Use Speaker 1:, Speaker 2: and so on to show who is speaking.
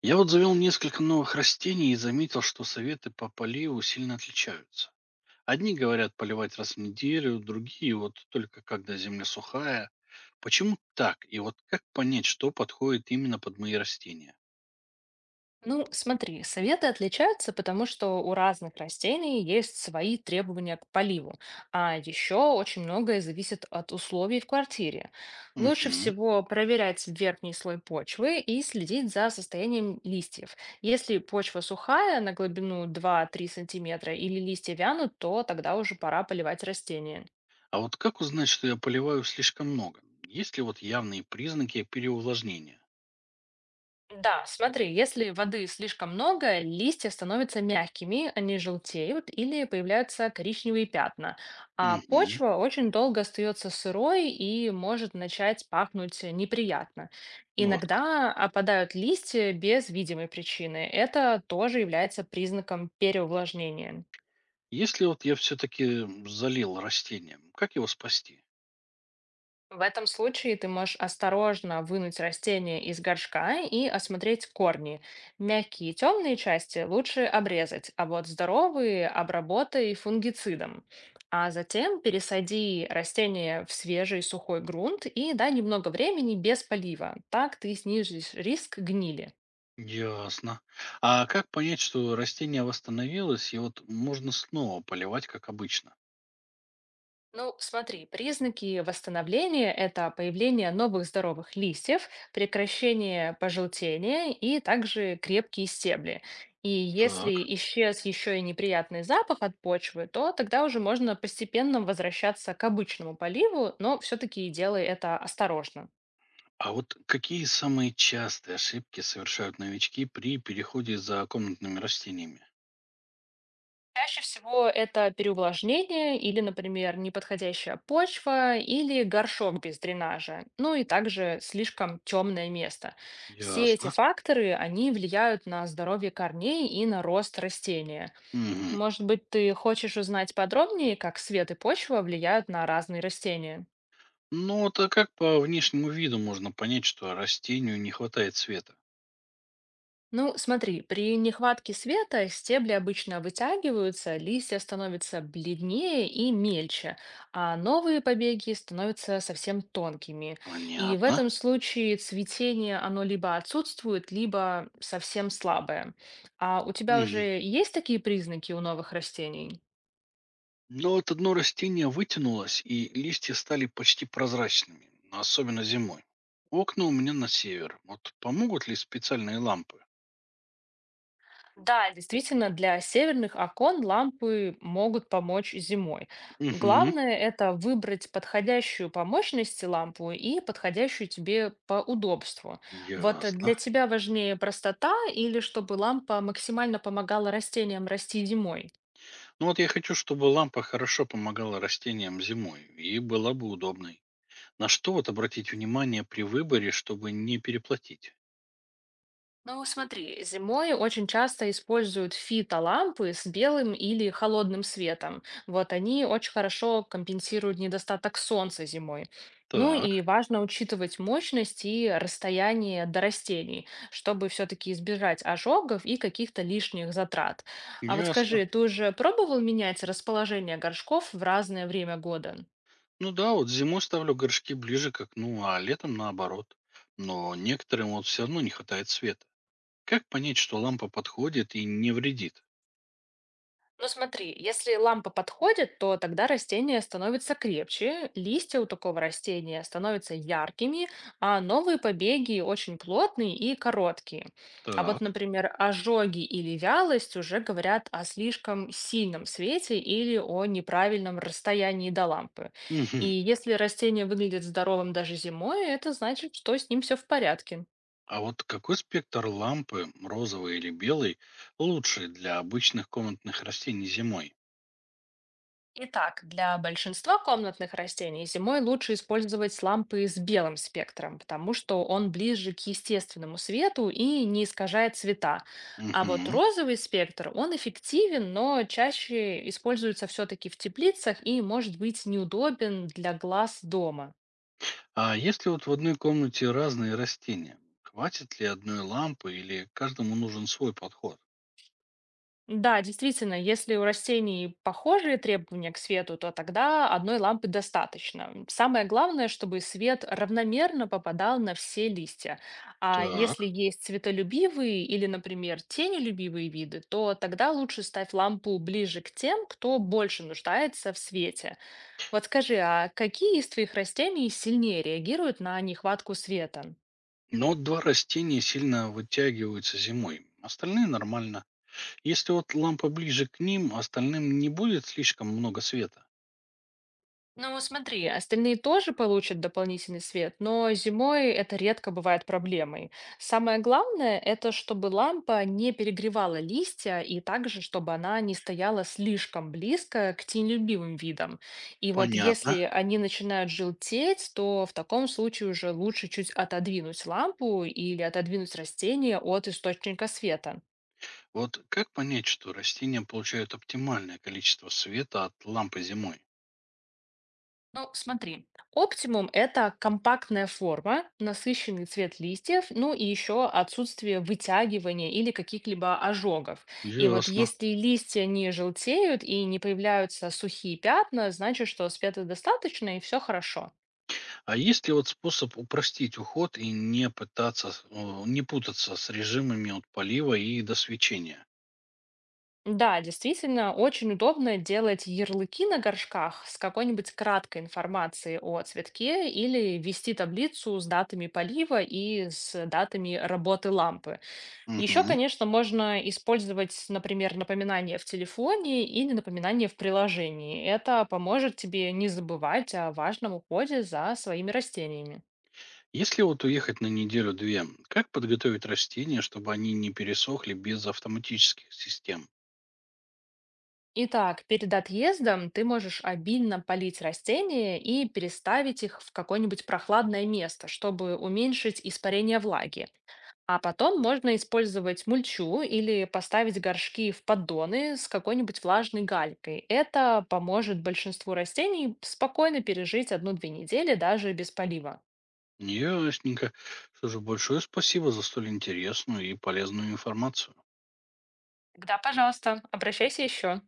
Speaker 1: Я вот завел несколько новых растений и заметил, что советы по поливу сильно отличаются. Одни говорят поливать раз в неделю, другие вот только когда земля сухая. Почему так? И вот как понять, что подходит именно под мои растения?
Speaker 2: Ну, смотри, советы отличаются, потому что у разных растений есть свои требования к поливу, а еще очень многое зависит от условий в квартире. Лучше
Speaker 1: Мгм.
Speaker 2: всего проверять верхний слой почвы и следить за состоянием листьев. Если почва сухая на глубину два-три сантиметра или листья вянут, то тогда уже пора поливать растения.
Speaker 1: А вот как узнать, что я поливаю слишком много? Есть ли вот явные признаки переувлажнения?
Speaker 2: Да, смотри, если воды слишком много, листья становятся мягкими, они желтеют или появляются коричневые пятна, а
Speaker 1: Мгм.
Speaker 2: почва очень долго остается сырой и может начать пахнуть неприятно.
Speaker 1: Вот. Как.
Speaker 2: Иногда опадают листья без видимой причины. Это тоже является признаком переувлажнения.
Speaker 1: Если вот я все-таки залил растение, как его спасти?
Speaker 2: В этом случае ты можешь осторожно вынуть растение из горшка и осмотреть корни. Мягкие и темные части лучше обрезать, а вот здоровые обработай фунгицидом. А затем пересади растение в свежий сухой грунт и дай немного времени без полива. Так ты снизишь риск гнили.
Speaker 1: Ясно. А как понять, что растение восстановилось, и вот можно снова поливать, как обычно?
Speaker 2: Ну, смотри, признаки восстановления– это появление новых здоровых листьев, прекращение пожелтения и также крепкие стебли. И
Speaker 1: Так.
Speaker 2: если исчез еще и неприятный запах от почвы, то тогда уже можно постепенно возвращаться к обычному поливу, но все-таки делай это осторожно.
Speaker 1: А вот какие самые частые ошибки совершают новички при переходе за комнатными растениями?
Speaker 2: Чаще всего это переувлажнение или, например, неподходящая почва или горшок без дренажа, ну и также слишком темное место. Все эти
Speaker 1: Ясно.
Speaker 2: факторы, они влияют на здоровье корней и на рост растения.
Speaker 1: Мгм.
Speaker 2: Может быть, ты хочешь узнать подробнее, как свет и почва влияют на разные растения?
Speaker 1: Ну, вот а как по внешнему виду можно понять, что растению не хватает света?
Speaker 2: Ну, смотри, при нехватке света стебли обычно вытягиваются, листья становятся бледнее и мельче, а новые побеги становятся совсем тонкими. И в
Speaker 1: Понятно.
Speaker 2: этом случае цветение, оно либо отсутствует, либо совсем слабое. А у тебя
Speaker 1: Мгм.
Speaker 2: уже есть такие признаки у новых растений?
Speaker 1: Но вот одно растение вытянулось, и листья стали почти прозрачными, особенно зимой. Окна у меня на север. Вот помогут ли специальные лампы?
Speaker 2: Да, действительно, для северных окон лампы могут помочь зимой.
Speaker 1: Угу,
Speaker 2: Главное это выбрать подходящую по мощности лампу и подходящую тебе по удобству. Для
Speaker 1: ясно.
Speaker 2: тебя важнее простота или чтобы лампа максимально помогала растениям расти зимой?
Speaker 1: Ну вот я хочу, чтобы лампа хорошо помогала растениям зимой и была бы удобной. На что вот обратить внимание при выборе, чтобы не переплатить?
Speaker 2: Ну, смотри, зимой очень часто используют фитолампы с белым или холодным светом. Вот они очень хорошо компенсируют недостаток солнца зимой. Ну
Speaker 1: Так,
Speaker 2: и важно учитывать мощность и расстояние до растений, чтобы все-таки избежать ожогов и каких-то лишних затрат. А вот
Speaker 1: ясно.
Speaker 2: скажи, ты уже пробовал менять расположение горшков в разное время года?
Speaker 1: Ну да, вот зимой ставлю горшки ближе к окну, а летом наоборот. Но некоторым вот все равно не хватает света. Как понять, что лампа подходит и не вредит?
Speaker 2: Ну смотри, если лампа подходит, то тогда растение становится крепче, листья у такого растения становятся яркими, а новые побеги очень плотные и короткие. А вот,
Speaker 1: Так.
Speaker 2: например, ожоги или вялость уже говорят о слишком сильном свете или о неправильном расстоянии до лампы. И
Speaker 1: Мгм.
Speaker 2: если растение выглядит здоровым даже зимой, это значит, что с ним все в порядке.
Speaker 1: А вот какой спектр лампы, розовый или белый, лучше для обычных комнатных растений зимой?
Speaker 2: Итак, для большинства комнатных растений зимой лучше использовать лампы с белым спектром, потому что он ближе к естественному свету и не искажает цвета. А вот
Speaker 1: Мгм.
Speaker 2: розовый спектр, он эффективен, но чаще используется все-таки в теплицах и может быть неудобен для глаз дома.
Speaker 1: А если вот в одной комнате разные растения, хватит ли одной лампы или каждому нужен свой подход?
Speaker 2: Да, действительно, если у растений похожие требования к свету, то тогда одной лампы достаточно. Самое главное, чтобы свет равномерно попадал на все листья. А
Speaker 1: Так.
Speaker 2: если есть светолюбивые или, например, тенелюбивые виды, то тогда лучше ставь лампу ближе к тем, кто больше нуждается в свете. Вот скажи, а какие из твоих растений сильнее реагируют на нехватку света?
Speaker 1: Но вот два растения сильно вытягиваются зимой, остальные нормально. Если вот лампа ближе к ним, остальным не будет слишком много света.
Speaker 2: Ну, вот смотри, остальные тоже получат дополнительный свет, но зимой это редко бывает проблемой. Самое главное– это чтобы лампа не перегревала листья и также, чтобы она не стояла слишком близко к тенелюбивым видам. И вот
Speaker 1: Понятно.
Speaker 2: если они начинают желтеть, то в таком случае уже лучше чуть отодвинуть лампу или отодвинуть растение от источника света.
Speaker 1: Вот как понять, что растения получают оптимальное количество света от лампы зимой?
Speaker 2: Ну, смотри, оптимум– это компактная форма, насыщенный цвет листьев, ну и еще отсутствие вытягивания или каких-либо ожогов. И вот
Speaker 1: Ясно.
Speaker 2: если листья не желтеют и не появляются сухие пятна, значит, что света достаточно и все хорошо.
Speaker 1: А есть ли вот способ упростить уход и не пытаться, не путаться с режимами от полива и до свечения?
Speaker 2: Да, действительно, очень удобно делать ярлыки на горшках с какой-нибудь краткой информацией о цветке или вести таблицу с датами полива и с датами работы лампы. Еще,
Speaker 1: Мгм.
Speaker 2: конечно, можно использовать, например, напоминание в телефоне или напоминание в приложении. Это поможет тебе не забывать о важном уходе за своими растениями.
Speaker 1: Если вот уехать на неделю-две, как подготовить растения, чтобы они не пересохли без автоматических систем?
Speaker 2: Итак, перед отъездом ты можешь обильно полить растения и переставить их в какое-нибудь прохладное место, чтобы уменьшить испарение влаги. А потом можно использовать мульчу или поставить горшки в поддоны с какой-нибудь влажной галькой. Это поможет большинству растений спокойно пережить одну-две недели даже без полива.
Speaker 1: Ясненько. Что же, большое спасибо за столь интересную и полезную информацию.
Speaker 2: Тогда, пожалуйста, обращайся еще.